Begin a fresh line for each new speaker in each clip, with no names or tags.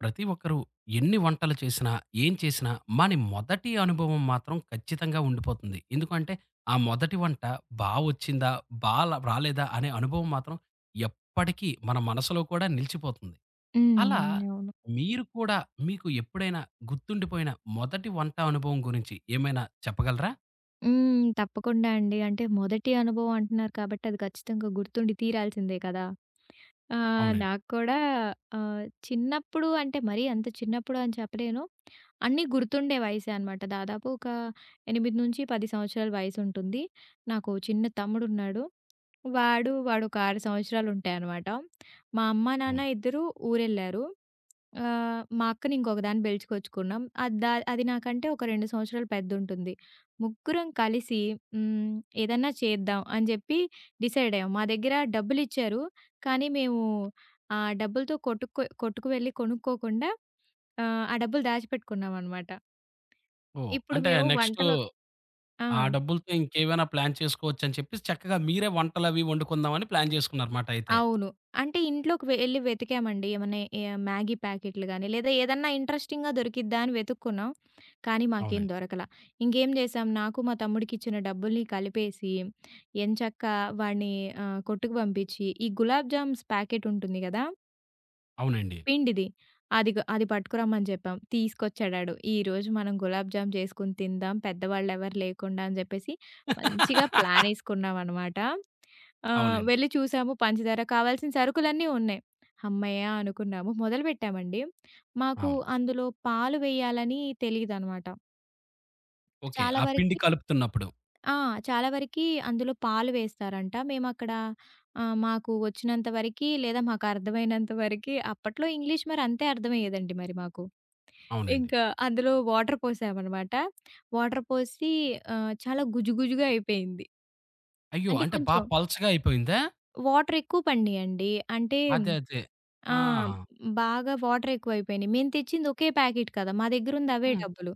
ప్రతి ఒక్కరు ఎన్ని వంటలు చేసినా, ఏం చేసినా మన మొదటి అనుభవం మాత్రం ఖచ్చితంగా ఉండిపోతుంది. ఎందుకంటే ఆ మొదటి వంట బా వచ్చిందా? బాల రాలేదా? అనే అనుభవం మాత్రం ఎప్పటికీ మన మనసులో కూడా నిలిచిపోతుంది. అలా
అవును.
మీరు కూడా మీకు ఎప్పుడైనా గుర్తుండిపోయిన మొదటి వంట అనుభవం గురించి ఏమైనా చెప్పగలరా?
తప్పకుండా అండి. అంటే మొదటి అనుభవం అంటున్నారు కాబట్టి అది ఖచ్చితంగా గుర్తుండి తీరాల్సిందే కదా!
అవునండి.
నాకు కూడా చిన్నప్పుడు అంటే మరీ అంత చిన్నప్పుడు అని చెప్పలేను. అన్నీ గుర్తుండే వయసే అనమాట. దాదాపు ఒక 8-10 సంవత్సరాల వయసుంటుంది. నాకు చిన్న తమ్ముడున్నాడు. వాడొక 6 సంవత్సరాలుంటాయనమాట. మా అమ్మ, నాన్న
హ్మ్.
ఇద్దరూ ఊరెళ్లారు. మా అక్కని ఇంకొకదాన్ని బెలుచుకొచ్చుకున్నాం. అది నాకంటే ఒక 2 సంవత్సరాలు పెద్దుంటుంది. ముగ్గురం కలిసి హ్మ్, ఏదన్నా చేద్దాం అని జెప్పి డిసైడ్ అయ్యాం. మా దగ్గర డబ్బులిచ్చారు. కానీ మేము ఆ డబ్బులతో కొట్టుకు కొట్టుకు వెళ్లి కొనుక్కోకుండా ఆ డబ్బులు దాచిపెట్టుకున్నామనమాట.
ఓహ్!
ఇప్పుడు
అంటే
మేము
నెక్స్టు
వంటలో ఆ!
ఆ డబ్బులతో ఇంకేమైనా ప్లాన్ చేసుకోవచ్చని చెప్పేసి చక్కగా మీరే వంటలవి వండుకుందామని ప్లాన్ చేసుకున్నారన్నమాట అయితే.
అవును. అంటే ఇంట్లోకి వెళ్లి వెతికామండి. ఏమన్నా మ్యాగీ ప్యాకెట్లు గాని, లేదా ఏదన్నా ఇంట్రెస్టింగ్‌గా దొరికిద్దా అని వెతుక్కున్నాం. కానీ మాకేం
అవునండి.
దొరకల. ఇంకేం చేసాం, నాకు మా తమ్ముడికి ఇచ్చిన డబ్బుల్ని కలిపేసి, ఎంచక్కా వాడిని కొట్టుకు పంపించి, ఈ గులాబ్ జామ్స్ ప్యాకెట్ ఉంటుంది గదా!
అవునండి.
పిండిది. అది పట్టుకురమ్మని చెప్పాం. తీసుకొచ్చాడాడు. ఈరోజు మనం గులాబ్ జామ్ చేసుకొని తిందాం. పెద్దవాళ్ళెవరు లేకుండా అని చెప్పేసి మంచిగా ప్లానేసుకున్నామనమాట.
అవునండి.
వెళ్లి చూసాము పంచదార కావాల్సిన సరుకులన్నీ ఉన్నాయి. హమ్మయ్య! అనుకున్నాము. మొదలుపెట్టామండి. మాకు
అవును.
అందులో పాలు వేయాలని తెలీదనమాట.
ఓకే.
చాలా
ఆ పిండి
వరకి
కలుపుతున్నప్పుడు.
ఆ! చాలా వరకి అందులో పాలు వేస్తారంట. మేమక్కడ మాకు వచ్చినంత వరకి లేదా మాకర్థమైనంత వరకి అప్పట్లో ఇంగ్లీష్ మరి అంతే అర్థమయ్యేదండి మరి మాకు.
అవునండి.
ఇంకా అందులో వాటర్ పోసామనమాట. వాటర్ పోసి చాలా గుజుగుజుగా అయిపోయింది.
అయ్యో!
అంటే
అంటే బా
కొంచెం
పలచగా అయిపోయిందా?
వాటర్ ఎక్కువ పడినియండి. అంటే
అదే.
ఆ!
ఆ!
బాగా వాటర్ ఎక్కువైపోయినియి. మేము తెచ్చింది ఒకే ప్యాకెట్ కదా! మా దగ్గరుంది అవే
హ్మ్.
డబ్బులు.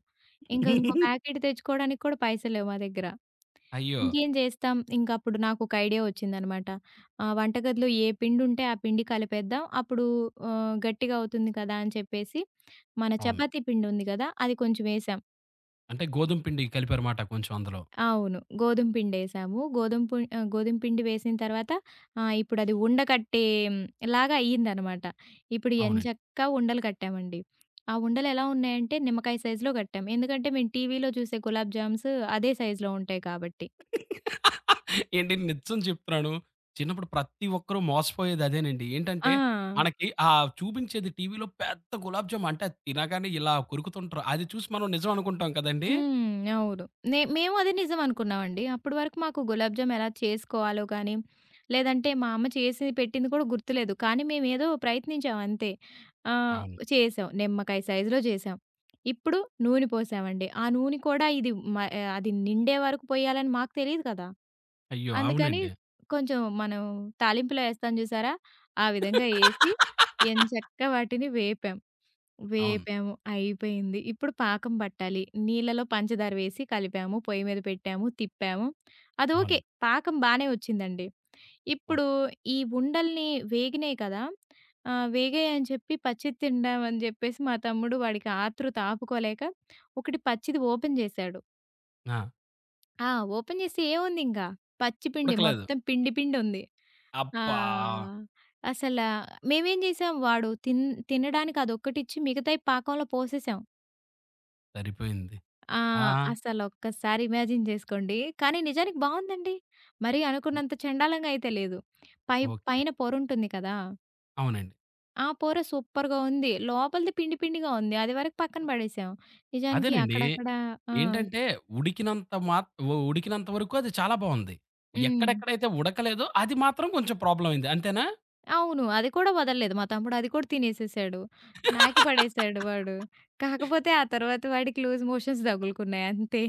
ఇంకా ఇంకో ప్యాకెట్ తెచ్చుకోవడానికి కూడా పైసలు లేవు మా దగ్గర.
అయ్యో!
ఇంకేం చేస్తాం? ఇంక అప్పుడు నాకొక ఐడియా వచ్చిందనమాట. వంటగదిలో ఏ పిండుంటే ఆ పిండి కలిపేద్దాం. అప్పుడు గట్టిగా అవుతుంది కదా! అని చెప్పేసి మన
అవును.
చపాతీ పిండుంది కదా! అది కొంచెం వేసాం.
అంటే గోధుమ పిండి కలిపారుమాట కొంచెం అందులో.
అవును. గోధుమ పిండేసాము. గోధుమ పిండి వేసిన తర్వాత ఇప్పుడది ఉండ కట్టే మ్, లాగా అయ్యిందనమాట. ఇప్పుడు
అవునండి.
ఎంచక్కా ఉండలు కట్టామండి. ఆ ఉండలెలా ఉన్నాయంటే నిమ్మకాయ సైజులో కట్టాం. ఎందుకంటే మేము టీవీలో చూసే గులాబ్ జామ్స్ అదే సైజులో ఉంటాయి కాబట్టి.
ఏండి నిజం చెప్తున్నాను. చిన్నప్పుడు ప్రతి ఒక్కరు మోసపోయేది అదేనండి.
ఆ!
ఏంటంటే మనకి ఆ చూపించేది టీవీలో పెద్ద గులాబ్ జామ్ అంటే అది తినగానే ఇలా కొరుకుతుంటారు. అది చూసి మనం నిజం అనుకుంటాం కదండీ!
హ్మ్. అవును. మేము అది నిజం అనుకున్నామండి. అప్పటి వరకు మాకు గులాబ్ జామ్ ఎలా చేసుకోవాలో గానీ, లేదంటే మా అమ్మ చేసి పెట్టింది కూడా గుర్తులేదు. కానీ మేమేదో ప్రయత్నించాం అంతే. ఆహ్,
అవును.
చేసాం. నిమ్మకాయ సైజులో చేసాం. ఇప్పుడు నూనె పోసామండి. ఆ నూనె కూడా ఇది అది నిండే వరకు పొయ్యాలని మాకు తెలీదు కదా!
అయ్యో!
అందుకని
అవునండి.
కొంచెం మనం తాలింపులో ఏస్తాం చూసారా? ఆ విధంగా ఏసి ఎంచక్కా వాటిని వేపాం.
అవును.
వేపాము. అయిపోయింది. ఇప్పుడు పాకం పట్టాలి. నీళ్లలో పంచదార వేసి కలిపాము. పొయ్యి మీద పెట్టాము. తిప్పాము. అది ఓకే.
అవునండి.
పాకం బానే వచ్చిందండి.
ఓకే.
ఇప్పుడు ఈ ఉండల్ని వేగినాయి కదా! వేగాయి అని చెప్పి పచ్చిది తిందాం అని చెప్పేసి మా తమ్ముడు వాడికి ఆతృత ఆపుకోలేక ఒకటి పచ్చిది ఓపెన్ చేశాడు.
ఆ!
ఆ! ఓపెన్ చేసి ఏముందింకా? పచ్చి పిండి.
ఉడకలేదు.
మొత్తం పిండి పిండి ఉంది. ఆ!
అబ్బా!
అసల మేమేం చేసాం వాడు తిన్ తినడానికి అదొక్కటిచ్చి మిగతాయి పాకంలో పోసేసాం.
సరిపోయింది.
ఆ!
ఆ!
అసలొక్కసారి ఇమాజిన్ జేసుకోండి. కానీ నిజానికి బావుందండి. మరీ అనుకున్నంత చెండాలంగా అయితే లేదు. పై
ఓకే.
పైన పొరుంటుంది కదా!
అవునండి.
ఆ పొర సూపర్‌గా ఉంది. లోపలిది పిండి పిండిగా ఉంది. అది వరకు పక్కన పడేసాం. నిజానికి
అదేనండి.
అక్కడక్కడ ఆ!
ఏంటంటే ఉడికినంత మాత్ ఉ ఉడికినంత వరకు అది చాలా బావుంది.
హ్మ్.
ఎక్కడెక్కడైతే ఉడకలేదో అది మాత్రం కొంచెం ప్రాబ్లమ్ అయింది. అంతేనా?
అవును. అది కూడా వదలలేదు. మా తమ్ముడు అది కూడా తినేసేసాడు. నాకి పడేసాడు వాడు. కాకపోతే ఆ తర్వాత వాడికి లూజ్ మోషన్స్ తగులుకున్నాయి అంతే.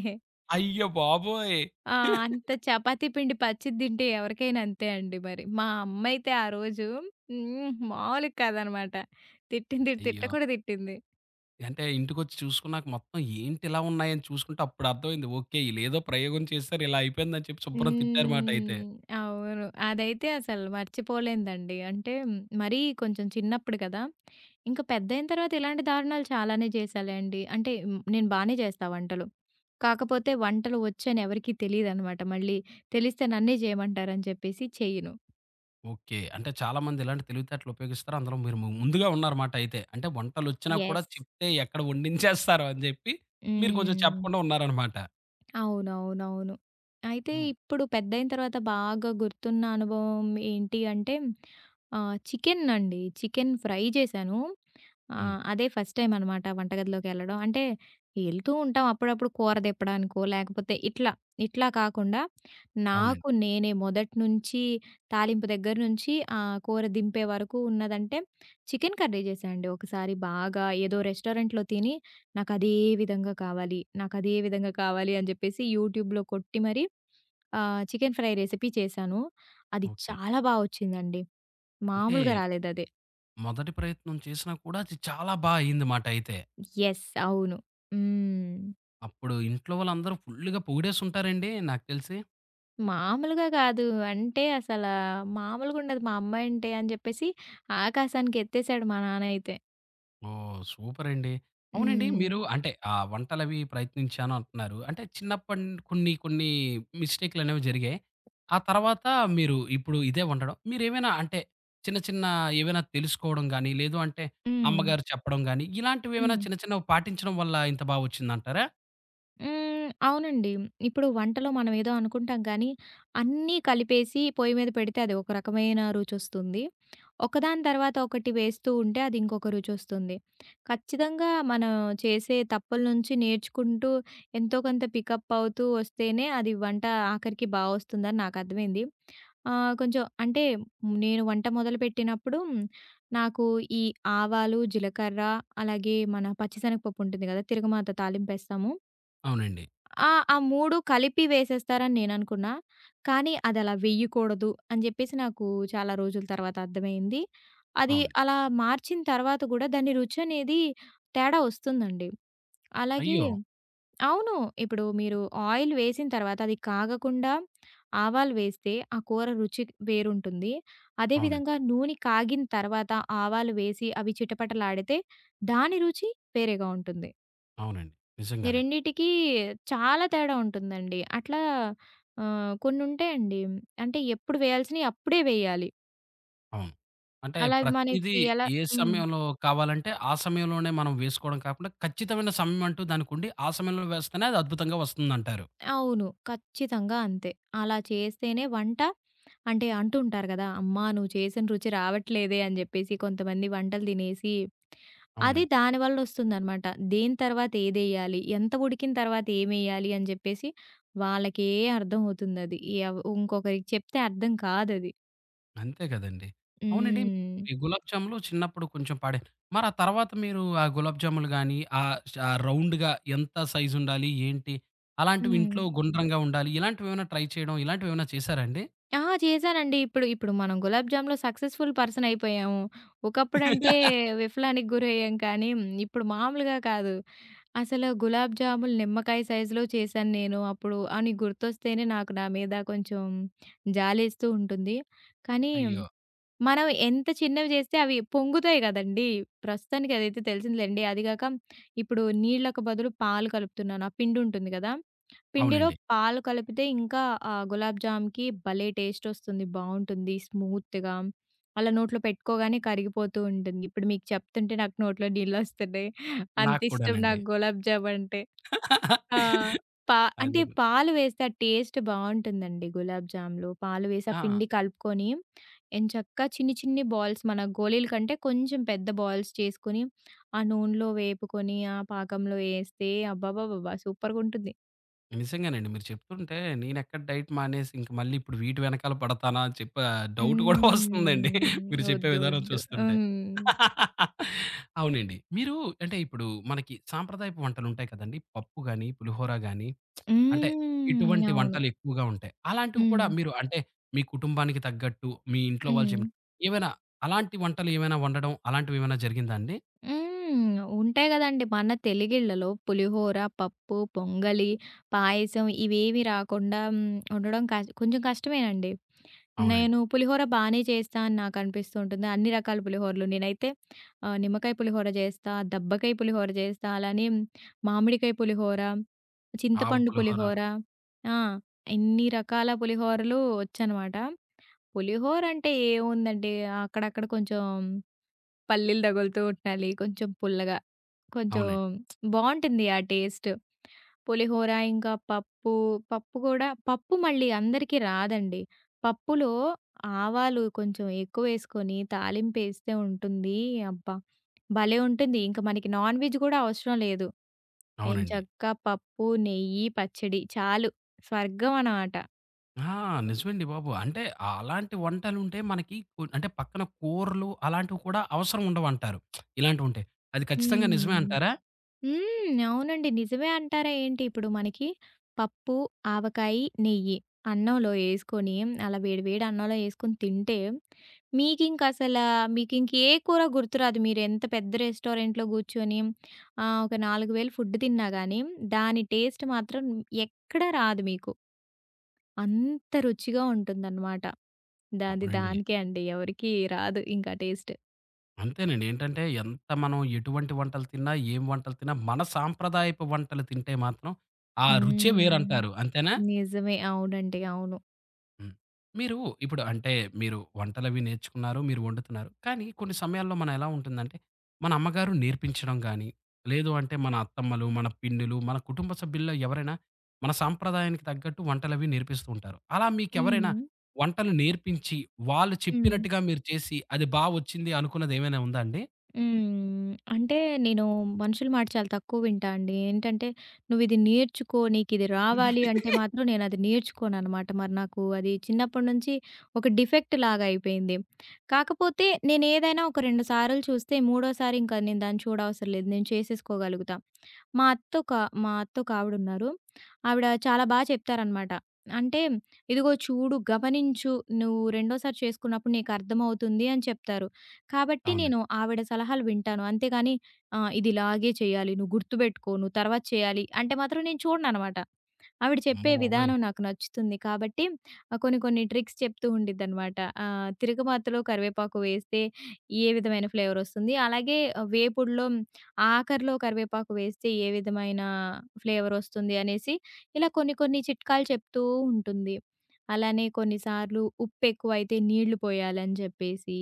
అయ్య బాబోయ్!
ఆ! అంత చపాతీ పిండి పచ్చిది తింటే ఎవరికైనా అంతే అండి మరి. మా అమ్మయితే ఆ రోజు మామూలుగా కాదనమాట. తిట్టింది తిట్ట
అయ్యో!
కూడా తిట్టింది.
అంటే ఇంటికొచ్చి చూసుకున్నాక మొత్తం ఏంటిలా ఉన్నాయని చూసుకుంటే అప్పుడు అర్థమైంది. ఓకే. ఈళ్ళేదో ప్రయోగం చేసారు ఇలా అయిపోయిందని చెప్పి శుభ్రం తిట్టారు మాటయితే.
హ్మ్. అవును. అదైతే అసలు మర్చిపోలేనిదండి. అంటే మరీ కొంచెం చిన్నప్పుడు కదా! ఇంకా పెద్దయిన తర్వాత ఇలాంటి దారుణాలు చాలానే చేశాలేండి. అంటే నేను బానే చేస్తా వంటలు. కాకపోతే వంటలు వచ్చని ఎవరికీ తెలీదనమాట. మళ్ళీ తెలిస్తే నన్నే చేయమంటారని చెప్పేసి చెయ్యను.
ఓకే. అంటే చాలామంది ఇలాంటి తెలివితేటలు ఉపయోగిస్తారు. అందులో మీరు ముందుగా ఉన్నారన్నమాట అయితే. అంటే వంటలొచ్చినా కూడా
యెస్.
చెప్తే ఎక్కడ వండించేస్తారు అని జెప్పి, మీరు కొంచెం
హ్మ్.
చెప్పకుండా ఉన్నారన్నమాట.
అవునవునవును. అయితే
హ్మ్.
ఇప్పుడు పెద్దయిన తర్వాత బాగా గుర్తున్న అనుభవం ఏంటి అంటే చికెన్ అండి. చికెన్ ఫ్రై చేశాను.
హ్మ్.
అదే ఫస్ట్ టైమ్ అనమాట వంటగదిలోకెళ్ళడం. అంటే ఎళ్తూ ఉంటాం అప్పుడప్పుడు కూర దెప్పడానికో, లేకపోతే ఇట్లా కాకుండా
అవునండి.
నాకు నేనే మొదటి నుంచి తాలింపు దగ్గర నుంచి కూర దింపే వరకు ఉన్నదంటే చికెన్ కర్రీ చేశా అండి. ఒకసారి బాగా ఏదో రెస్టారెంట్‌లో తిని నాకదే నాకదే విధంగా కావాలి అని జెప్పేసి యూట్యూబ్‌లో కొట్టి మరీ చికెన్ ఫ్రై రెసిపీ చేశాను. అది
ఓకే.
చాలా బా ఒచ్చిందండి.
అంటే
మామూలుగా రాలేదది.
మొదటి ప్రయత్నం చేసినా కూడా అది చాలా బా అయిందిమాట అయితే.
యెస్. అవును. హ్మ్.
అప్పుడు ఇంట్లో వాళ్ళందరూ ఫుల్లుగా పొగిడేసుంటారండి నాకు తెలిసి?
మామూలుగా గాదు. అంటే అసలా మామూలుగుండదు మా అమ్మంటే అని జెప్పేసి ఆకాశానికెత్తేసాడు మా నాన్న అయితే.
ఓహ్! సూపరండి. అవునండి. మీరు
హ్మ్.
అంటే వంటలవి ప్రయత్నించాను అంటున్నారు. అంటే చిన్నప్పటి కొన్ని కొన్ని మిస్టేక్‌లనేవి జరిగాయి. ఆ తర్వాత మీరు ఇప్పుడు ఇదే వండడం మీరేమైనా అంటే చిన్న చిన్న ఏవైనా తెలుసుకోవడం గాని, లేదు అంటే
హ్మ్.
అమ్మగారు చెప్పడం గాని, ఇలాంటివేమైనా
హ్మ్.
చిన్న చిన్నవి పాటించడం వల్ల ఇంత బా వచ్చిందంటారా?
హ్మ్. అవునండి. ఇప్పుడు వంటలో మనం ఏదో అనుకుంటాం కానీ, అన్నీ కలిపేసి పొయ్యి మీద పెడితే అది ఒక రకమైన రుచొస్తుంది. ఒకదాని తర్వాత ఒకటి వేస్తూ ఉంటే అది ఇంకొక రుచొస్తుంది. ఖచ్చితంగా మనం చేసే తప్పుల నుంచి నేర్చుకుంటూ ఎంతో కొంత పికప్ అవుతూ వస్తేనే అది వంట ఆఖరికి బాగొస్తుందని నాకర్థమైంది. కొంచెం అంటే నేను వంట మొదలుపెట్టినప్పుడు నాకు ఈ ఆవాలు, జీలకర్ర అలాగే మన పచ్చిశనగపప్పు ఉంటుంది కదా! తిరగమాత తాలింపేస్తాము.
అవునండి.
ఆ! ఆ 3 కలిపి వేసేస్తారని నేననుకున్నా. కానీ అదలా వెయ్యకూడదు అని జెప్పేసి నాకు చాలా రోజుల తర్వాత అర్థమైంది. అది
అవును.
అలా మార్చిన తర్వాత గూడా దాని రుచనేది తేడా ఒస్తుందండి. అలాగే
అయ్యో!
అవును. ఇప్పుడు మీరు ఆయిల్ వేసిన తర్వాత అది కాగకుండా ఆవాలు వేస్తే ఆ కూర రుచి వేరుంటుంది. అదే
అవునండి.
విధంగా నూనె కాగిన తర్వాత ఆవాలు వేసి అవి చిటపటలాడితే దాని రుచి వేరేగా ఉంటుంది.
అవునండి.
ఈ
నిజంగానే.
రెండిటికి చాలా తేడా ఉంటుందండి. అట్లా కొన్నుంటాయండి. అంటే ఎప్పుడు వేయాల్సినయి అప్పుడే వేయాలి.
అవును. అంటే
అలా
ప్రతీదీ
మనకి ఎలా
ఏ
హ్మ్.
సమయంలో కావాలంటే, ఆ సమయంలోనే మనం వేసుకోవడం కాకుండా, ఖచ్చితమైన సమయం అంటూ దానికుండి, ఆ సమయంలో వేస్తేనే అది అద్భుతంగా వస్తుందంటారు.
అవును. ఖచ్చితంగా అంతే. అలా చేస్తేనే వంట అంటే అంటూ ఉంటారు గదా! "అమ్మా! నువ్వు చేసిన రుచి రావట్లేదే" అని జెప్పేసి కొంతమంది వంటలు తినేసి, అది
అవునండి.
దానివల్ల ఒస్తుందనమాట. దేని తర్వాత ఏదెయ్యాలి? ఎంత ఉడికిన తర్వాత ఏమెయ్యాలి? అని జెప్పేసి వాళ్ళకే అర్థం అవుతుందది. ఇంకొకరికి చెప్తే అర్థం కాదది.
అంతే కదండీ! అవునండి.
హ్మ్.
ఈ గులాబ్ జాములు చిన్నప్పుడు కొంచెం పాడారు. మరి ఆ తర్వాత మీరు ఆ గులాబ్ జాములు గాని, ఆహ్, ష రౌండ్‌గా ఎంత సైజ్ ఉండాలి? ఏంటి? అలాంటివి
హ్మ్.
ఇంట్లో గుండ్రంగా ఉండాలి. ఇలాంటివేమైనా ట్రై చేయడం, ఇలాంటివేమైనా చేశారా అండి?
ఆ! చేశానండి. ఇప్పుడు ఇప్పుడు మనం గులాబ్ జామ్‌లో సక్సెస్‌ఫుల్ పర్సన్ అయిపోయాము. ఒకప్పుడంటే విఫలానికి గురయ్యాం కానీ, ఇప్పుడు మామూలుగా కాదు. అసలు గులాబ్ జాములు నిమ్మకాయ సైజులో చేశాను నేను అప్పుడు అని గుర్తొస్తేనే నాకు నా మీద కొంచెం జాలేస్తూ ఉంటుంది. కానీ
అయ్యో!
మనం ఎంత చిన్నవి చేస్తే అవి పొంగుతాయి గదండీ! ప్రస్తుతానికి అదైతే తెలిసిందిలెండి. అది గాక ఇప్పుడు నీళ్ళకి బదులు పాలు కలుపుతున్నాను. ఆ పిండి ఉంటుంది గదా! పిండిలో
అవునండి.
పాలు కలిపితే ఇంకా గులాబ్ జామ్‌కి భలే టేస్ట్ వస్తుంది. బావుంటుంది స్మూత్‌గా. అలా నోట్లో పెట్టుకోగానే కరిగిపోతూ ఉంటుంది. ఇప్పుడు మీకు చెప్తుంటే నాకు నోట్లో నీళ్ళొస్తున్నాయి.
నాకు
అంతిష్టం
కూడానండి.
నాకు గులాబ్ జామ్ అంటే. ఆ! పా అంటే
అదేను.
పాలు వేస్తే ఆ టేస్ట్ బావుంటుందండి గులాబ్ జామ్‌లో. పాలు వేసి ఆ
ఆ!
పిండి కలుపుకొని, ఎంచక్కా చిన్ని చిన్ని బాల్స్ మన గోళీల కంటే కొంచెం పెద్ద బాల్స్ చేసుకొని, ఆ నూనెలో వేపుకొని, ఆ పాకంలో ఏస్తే అబ్బబ్బబ్బబ్బా! సూపర్‌గుంటుంది.
నిజంగానండి. మీరు చెప్తుంటే నేనెక్కడ డైట్ మానేసి ఇంక మళ్ళీ ఇప్పుడు వీటి వెనకాల పడతానా అని చెప్పి డౌట్ గూడా వస్తుందండి.
హ్మ్.
మీరు చెప్పే
వద్దు
విధానం
వద్దు.
చూస్తుంటే.
హ్మ్.
అవునండి. మీరు అంటే ఇప్పుడు మనకి సాంప్రదాయపు వంటలుంటాయి కదండీ! పప్పు గాని, పులిహోర గాని అంటే
హ్మ్.
ఇటువంటి
అవును.
వంటలెక్కువగా ఉంటాయి. అలాంటివి కూడా
హ్మ్.
మీరు అంటే మీ కుటుంబానికి తగ్గట్టు మీ ఇంట్లో వాళ్ళు
హ్మ్.
చెప్పిన ఏమైనా అలాంటి వంటలు ఏమైనా వండడం అలాంటివేమైనా జరిగిందా అండి?
హ్మ్. ఉంటాయి గదండీ! మన తెలుగిళ్ళలో పులిహోర, పప్పు, పొంగలి, పాయసం ఇవేవి రాకుండా ఉండడం కొంచెం కష్టమేనండి.
అవునండి.
నేను పులిహోర బానే చేస్తా అని నాకు అనిపిస్తూ ఉంటుంది. అన్ని రకాల పులిహోరలు. నేనైతే నిమ్మకాయ పులిహోర చేస్తా, దబ్బకాయ పులిహోర చేస్తా, అలానే మామిడికాయ పులిహోర,
ఆవ
చింతపండు
పులిహోర.
పులిహోర ఆ! ఇన్ని రకాల పులిహోరలు వచ్చనమాట. పులిహోర అంటే ఏముందండి అక్కడక్కడ కొంచెం పల్లీలు తగులుతూ ఉండాలి. కొంచెం పుల్లగా కొంచెం
అవునండి.
బావుంటుంది ఆ టేస్ట్. పులిహోర ఇంకా పప్పు, పప్పు గూడా పప్పు మళ్ళీ అందరికీ రాదండి. పప్పులో ఆవాలు కొంచెం ఎక్కువేసుకొని తాలింపేస్తే ఉంటుంది. అబ్బా! భలే ఉంటుంది. ఇంక మనకి నాన్ వెజ్ గూడా అవసరం లేదు.
అవునండి.
ఎంచక్కా పప్పు, నెయ్యి, పచ్చడి చాలు. స్వర్గం అన్నమాట.
ఆ! నిజమండి బాబు. అంటే అలాంటి వంటలుంటే మనకి కొ అంటే పక్కన కూరలు అలాంటివి కూడా అవసరం ఉండవంటారు. ఇలాంటివుంటే. అది ఖచ్చితంగా నిజమే
హ్మ్.
అంటారా?
హ్మ్. అవునండి. నిజమే అంటారా ఏంటి? ఇప్పుడు మనకి పప్పు, ఆవకాయి, నెయ్యి అన్నంలో యేసుకొని అలా వేడి వేడి అన్నంలో యేసుకొని తింటే మీకింక అసలా మీకింక ఏ కూర గుర్తురాదు. మీరెంత పెద్ద రెస్టారెంట్‌లో కూర్చొని ఒక 4000 ఫుడ్ తిన్నా గానీ దాని టేస్ట్ మాత్రం ఎక్కడ రాదు మీకు. అంత రుచిగా ఉంటుందన్నమాట.
అవునండి.
దానికే అండి. ఎవరికీ రాదు ఇంకా టేస్ట్.
అంతేనండి. ఏంటంటే ఎంత మనం ఎటువంటి వంటలు తిన్నా, ఏం వంటలు తిన్నా మన సాంప్రదాయపు వంటలు తింటే మాత్రం ఆ రుచే
హ్మ్.
వేరంటారు. అంతేనా?
నిజమే. అవునండి. అవును.
హ్మ్. మీరు ఇప్పుడు అంటే మీరు వంటలవి నేర్చుకున్నారు, మీరు వండుతున్నారు. కానీ కొన్ని సమయాల్లో మనం ఎలా ఉంటుందంటే, మన అమ్మగారు నేర్పించడం గానీ, లేదు అంటే మన అత్తమ్మలు, మన పిన్నులు, మన కుటుంబ సభ్యుల్లో ఎవరైనా మన సాంప్రదాయానికి తగ్గట్టు వంటలవి నేర్పిస్తూ ఉంటారు. అలా మీకెవరైనా
హ్మ్.
వంటలు నేర్పించి, వాళ్ళు
హ్మ్.
చెప్పినట్టుగా మీరు చేసి, అది బా వచ్చింది అనుకున్నదేమైనా ఉందా అండి?
హ్మ్. అంటే నేను మనుషుల మాట చాలా తక్కువ వింటా అండి. ఏంటంటే "నువ్విది నేర్చుకో, నీకిది రావాలి" అంటే మాత్రం నేనది నేర్చుకోననమాట. మరి నాకు అది చిన్నప్పటి నుంచి ఒక డిఫెక్ట్ లాగా అయిపోయింది. కాకపోతే నేనేదైనా ఒక 2 సార్లు చూస్తే మూడోసారి ఇంకా నేను దాన్ని చూడవసరం లేదు. నేను చేసేసుకోగలుగుతా. మా అత్తొక మా అత్తొక ఆవిడున్నారు. ఆవిడ ఉన్నారు, ఆవిడ చాలా బా చెప్తారనమాట. అంటే "ఇదిగో చూడు, గమనించు, నువ్వు రెండోసారి చేసుకున్నప్పుడు నీకర్థమవుతుంది" అని చెప్తారు. కాబట్టి
అవునండి.
నేను ఆవిడ సలహాలు వింటాను. అంతేగాని ఇది ఇలాగే చేయాలి, నువ్వు గుర్తుపెట్టుకో, నువ్వు తర్వాత చేయాలి అంటే మాత్రం నేను చూడననమాట. ఆవిడ చెప్పే
అమ్మబాబోయ్!
విధానం నాకు నచ్చుతుంది కాబట్టి కొన్ని కొన్ని ట్రిక్స్ చెప్తూ ఉండిద్దనమాట. తిరగమాతలో కరివేపాకు వేస్తే ఏ విధమైన ఫ్లేవరొస్తుంది, అలాగే ఆ, వేపుడులో ఆఖరిలో కరివేపాకు వేస్తే ఏ విధమైన ఫ్లేవరొస్తుంది అనేసి ఇలా కొన్ని కొన్ని చిట్కాలు చెప్తూ ఉంటుంది. అలానే కొన్నిసార్లు ఉప్పెక్కువైతే నీళ్లు పోయాలని చెప్పేసి,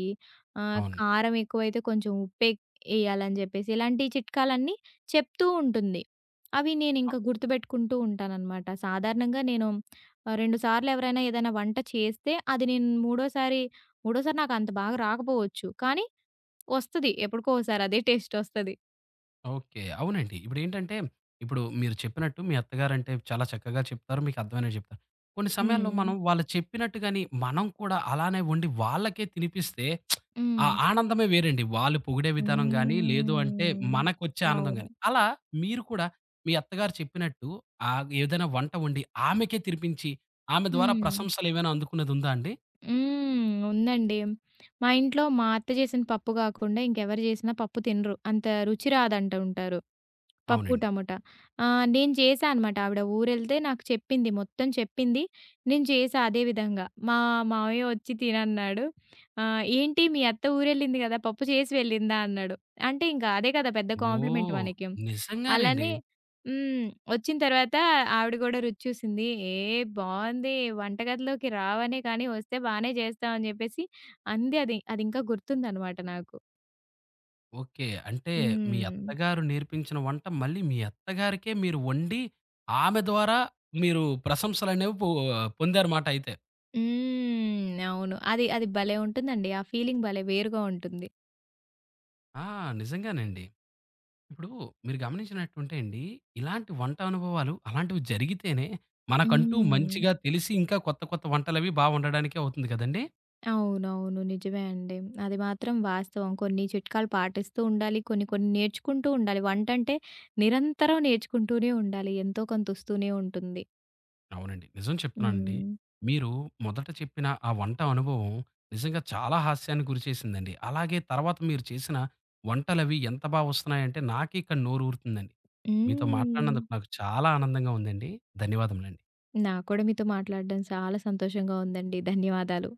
అవును.
కారం ఎక్కువైతే కొంచెం ఎయ్యాలని చెప్పేసి ఇలాంటి చిట్కాలన్నీ చెప్తూ ఉంటుంది. అవి నేనింక గుర్తుపెట్టుకుంటూ ఉంటాననమాట. సాధారణంగా నేను 2 సార్లు ఎవరైనా ఏదైనా వంట చేస్తే అది నేను మూడోసారి మూడోసారి నాకంత బాగా రాకపోవచ్చు. కానీ వస్తది. ఎప్పుడుకో ఓసారి అదే టేస్ట్ ఒస్తది.
ఓకే. అవునండి. ఇప్పుడేంటంటే, ఇప్పుడు మీరు చెప్పినట్టు మీ అత్తగారంటే చాలా చక్కగా చెప్తారు. మీకు అర్థమైనట్టు చెప్తారు. కొన్ని సమయాల్లో
హ్మ్.
మనం వాళ్ళు చెప్పినట్టు గాని, మనం కూడా అలానే వండి వాళ్ళకే తినిపిస్తే ఆ
హ్మ్.
ఆనందమే వేరండి. వాళ్ళు పొగిడే విధానం గాని, లేదు అంటే
హ్మ్.
మనకొచ్చే ఆనందం
అవును.
గాని. అలా మీరు కూడా మీ అత్తగారు చెప్పినట్టు ఏదైనా వంట వండి ఆమెకే తినిపించి, ఆమె ద్వారా
హ్మ్.
ప్రశంసలేమైనా అందుకున్నదుందా అండి?
హ్మ్. ఉందండి. మా ఇంట్లో మా అత్త చేసిన పప్పు గాకుండా ఇంకెవరు చేసినా పప్పు తినరు. అంత రుచి రాదంటూ ఉంటారు. పప్పు
అవునండి.
టమోటా. నేను చేశా అనమాట. ఆవిడ ఊరెళ్తే నాకు చెప్పింది. మొత్తం చెప్పింది. నేను చేశా అదే విధంగా. మా మావయ్య వచ్చి తినన్నాడు. "ఏంటి మీ అత్త ఊరెళ్ళింది గదా! పప్పు చేసి వెళ్ళిందా?" అన్నాడు. అంటే ఇంక అదే కదా పెద్ద కాంప్లిమెంట్
ఓహ్!
మనకి.
నిజంగానండి.
అలానే హ్మ్. వచ్చిన తర్వాత ఆవిడ గూడా రుచి చూసింది. "ఏ "బావుంది. వంటగదిలోకి రావనే కానీ వస్తే బానే చేస్తావు" అని జెప్పేసి అంది అది. అది ఇంకా గుర్తుందనమాట నాకు.
ఓకే. అంటే మీ
హ్మ్.
అత్తగారు నేర్పించిన వంట మళ్ళీ మీ అత్తగారికే మీరు వండి, ఆమె ద్వారా మీరు ప్రశంసలనేవి పో పొందారుమాట అయితే.
హ్మ్. అవును. అది అది భలే ఉంటుందండి. ఆ ఫీలింగ్ భలే వేరుగా ఉంటుంది.
ఆ! నిజంగానండి. ఇప్పుడు మీరు గమనించినట్టుంటే అండి, ఇలాంటి వంట అనుభవాలు అలాంటివి జరిగితేనే మనకంటూ
హ్మ్.
మంచిగా తెలిసి ఇంకా కొత్త కొత్త వంటలవి బా వండడానికే అవుతుంది కదండీ!
అవునవును. నిజమే అండి. అది మాత్రం వాస్తవం. కొన్ని చిట్కాలు పాటిస్తూ ఉండాలి. కొన్ని కొన్ని నేర్చుకుంటూ ఉండాలి. వంటంటే నిరంతరం నేర్చుకుంటూనే ఉండాలి. ఎంతో కొంత వస్తూనే ఉంటుంది.
అవునండి. నిజం చెప్తున్నానండి.
హ్మ్.
మీరు మొదట చెప్పిన ఆ వంట అనుభవం నిజంగా చాలా హాస్యానికి గురిచేసిందండి. అలాగే తర్వాత మీరు చేసిన వంటలవి ఎంత బా వస్తున్నాయంటే నాకే ఇక్కడ నోరూరుతుందండి. మీతో
హ్మ్.
మాట్లాడినందుకు నాకు చాలా ఆనందంగా ఉందండి. ధన్యవాదములండి.
నాకు కూడా మీతో మాట్లాడడం చాలా సంతోషంగా ఉందండి. ధన్యవాదాలు.